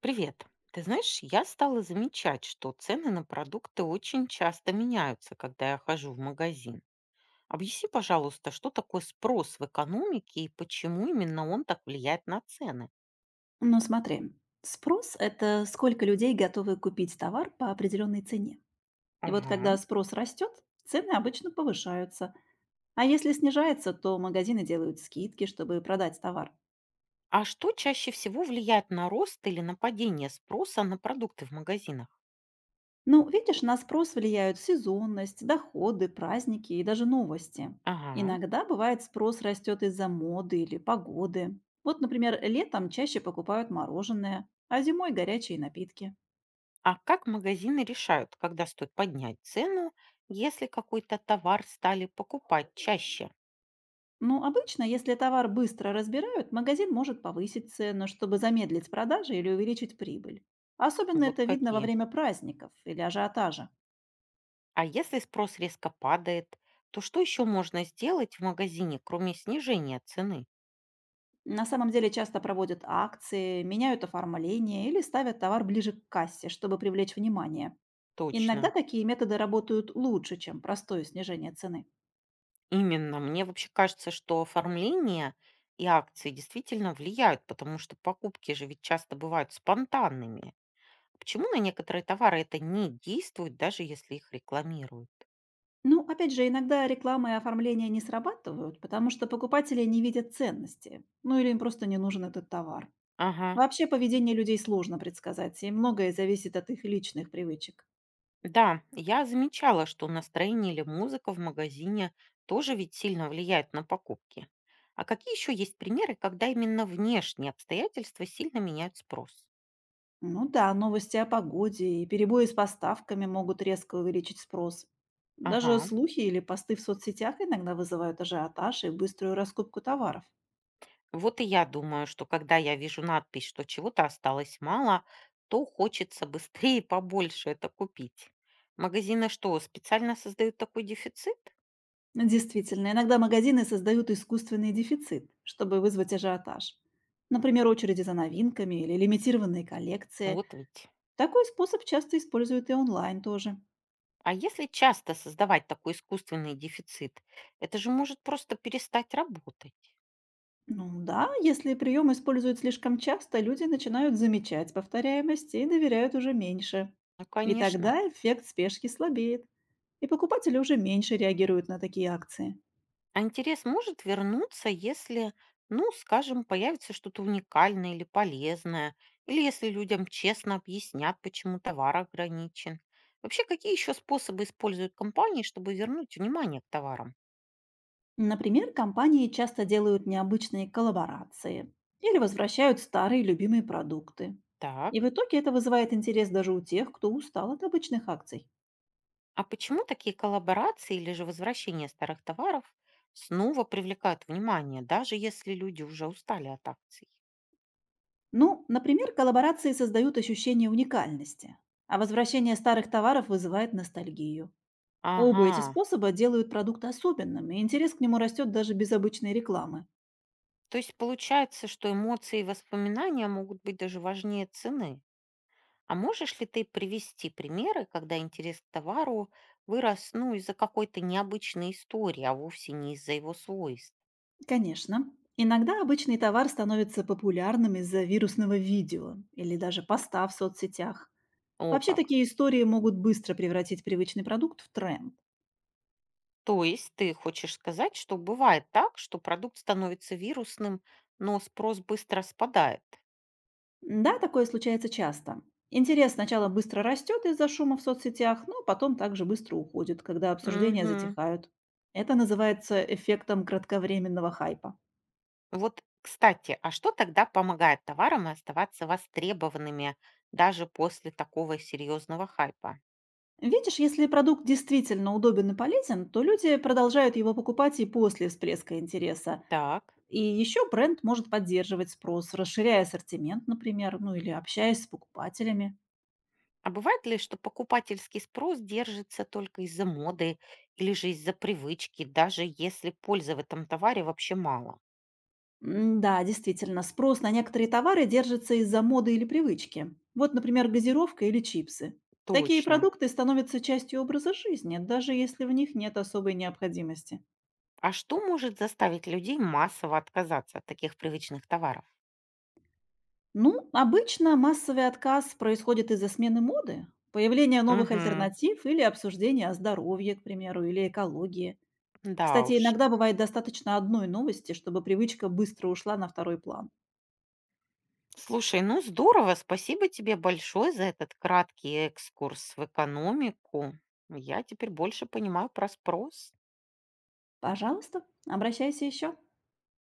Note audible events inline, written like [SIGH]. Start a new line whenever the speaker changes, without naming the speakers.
Привет. Ты знаешь, я стала замечать, что цены на продукты очень часто меняются, когда я хожу в магазин. Объясни, пожалуйста, что такое спрос в экономике и почему именно он так влияет на цены?
Ну смотри, спрос– это сколько людей готовы купить товар по определенной цене. И вот
Ага.
когда спрос растет, цены обычно повышаются. А если снижается, то магазины делают скидки, чтобы продать товар.
А что чаще всего влияет на рост или на падение спроса на продукты в магазинах?
Ну, видишь, на спрос влияют сезонность, доходы, праздники и даже новости.
Ага.
Иногда бывает спрос растет из-за моды или погоды. Вот, например, летом чаще покупают мороженое, а зимой горячие напитки.
А как магазины решают, когда стоит поднять цену, если какой-то товар стали покупать чаще?
Ну, обычно, если товар быстро разбирают, магазин может повысить цену, чтобы замедлить продажи или увеличить прибыль. Особенно
Вот
это видно во
какие.
время праздников или ажиотажа.
А если спрос резко падает, то что еще можно сделать в магазине, кроме снижения цены?
На самом деле часто проводят акции, меняют оформление или ставят товар ближе к кассе, чтобы привлечь внимание. Иногда
Точно.
такие методы работают лучше, чем простое снижение цены.
Именно. Мне вообще кажется, что оформление и акции действительно влияют, потому что покупки же ведь часто бывают спонтанными. Почему на некоторые товары это не действует, даже если их рекламируют?
Ну, опять же, иногда реклама и оформление не срабатывают, потому что покупатели не видят ценности, ну или им просто не нужен этот товар.
Ага.
Вообще поведение людей сложно предсказать, и многое зависит от их личных привычек.
Да, я замечала, что настроение или музыка в магазине тоже ведь сильно влияет на покупки. А какие еще есть примеры, когда именно внешние обстоятельства сильно меняют спрос?
Ну да, новости о погоде и перебои с поставками могут резко увеличить спрос. Даже
Ага.
слухи или посты в соцсетях иногда вызывают ажиотаж и быструю раскупку товаров.
Вот и я думаю, что когда я вижу надпись, что чего-то осталось мало, то хочется быстрее [LAUGHS] и побольше это купить. Магазины что, специально создают такой дефицит?
Действительно, иногда магазины создают искусственный дефицит, чтобы вызвать ажиотаж. Например, очереди за новинками или лимитированные коллекции.
Вот ведь.
Такой способ часто используют и онлайн тоже.
А если часто создавать такой искусственный дефицит, это же может просто перестать работать.
Ну да, если прием используют слишком часто, люди начинают замечать повторяемость и доверяют уже меньше.
Ну,
И
конечно.
тогда эффект спешки слабеет, и покупатели уже меньше реагируют на такие акции.
А интерес может вернуться, если, ну, скажем, появится что-то уникальное или полезное, или если людям честно объяснят, почему товар ограничен. Вообще, какие еще способы используют компании, чтобы вернуть внимание к товарам?
Например, компании часто делают необычные коллаборации или возвращают старые любимые продукты. И
Так.
в итоге это вызывает интерес даже у тех, кто устал от обычных акций.
А почему такие коллаборации или же возвращение старых товаров снова привлекают внимание, даже если люди уже устали от акций?
Ну, например, коллаборации создают ощущение уникальности, а возвращение старых товаров вызывает ностальгию.
Ага.
Оба эти способа делают продукт особенным, и интерес к нему растет даже без обычной рекламы.
То есть получается, что эмоции и воспоминания могут быть даже важнее цены. А можешь ли ты привести примеры, когда интерес к товару вырос, ну, из-за какой-то необычной истории, а вовсе не из-за его свойств?
Конечно, иногда обычный товар становится популярным из-за вирусного видео или даже поста в соцсетях.
О
Вообще
как.
такие истории могут быстро превратить привычный продукт в тренд.
То есть ты хочешь сказать, что бывает так, что продукт становится вирусным, но спрос быстро спадает?
Да, такое случается часто. Интерес сначала быстро растет из-за шума в соцсетях, но потом также быстро уходит, когда обсуждения
Угу.
затихают. Это называется эффектом кратковременного хайпа.
Вот, кстати, а что тогда помогает товарам оставаться востребованными даже после такого серьезного хайпа?
Видишь, если продукт действительно удобен и полезен, то люди продолжают его покупать и после всплеска интереса.
Так.
И еще бренд может поддерживать спрос, расширяя ассортимент, например, ну или общаясь с покупателями.
А бывает ли, что покупательский спрос держится только из-за моды или же из-за привычки, даже если пользы в этом товаре вообще мало?
Да, действительно, спрос на некоторые товары держится из-за моды или привычки. Вот, например, газировка или чипсы. Такие
Точно.
продукты становятся частью образа жизни, даже если в них нет особой необходимости.
А что может заставить людей массово отказаться от таких привычных товаров?
Ну, обычно массовый отказ происходит из-за смены моды, появления новых
Угу,
альтернатив или обсуждения о здоровье, к примеру, или экологии.
да
Кстати,
уж.
иногда бывает достаточно одной новости, чтобы привычка быстро ушла на второй план.
Слушай, ну здорово, спасибо тебе большое за этот краткий экскурс в экономику. Я теперь больше понимаю про спрос.
Пожалуйста, обращайся еще.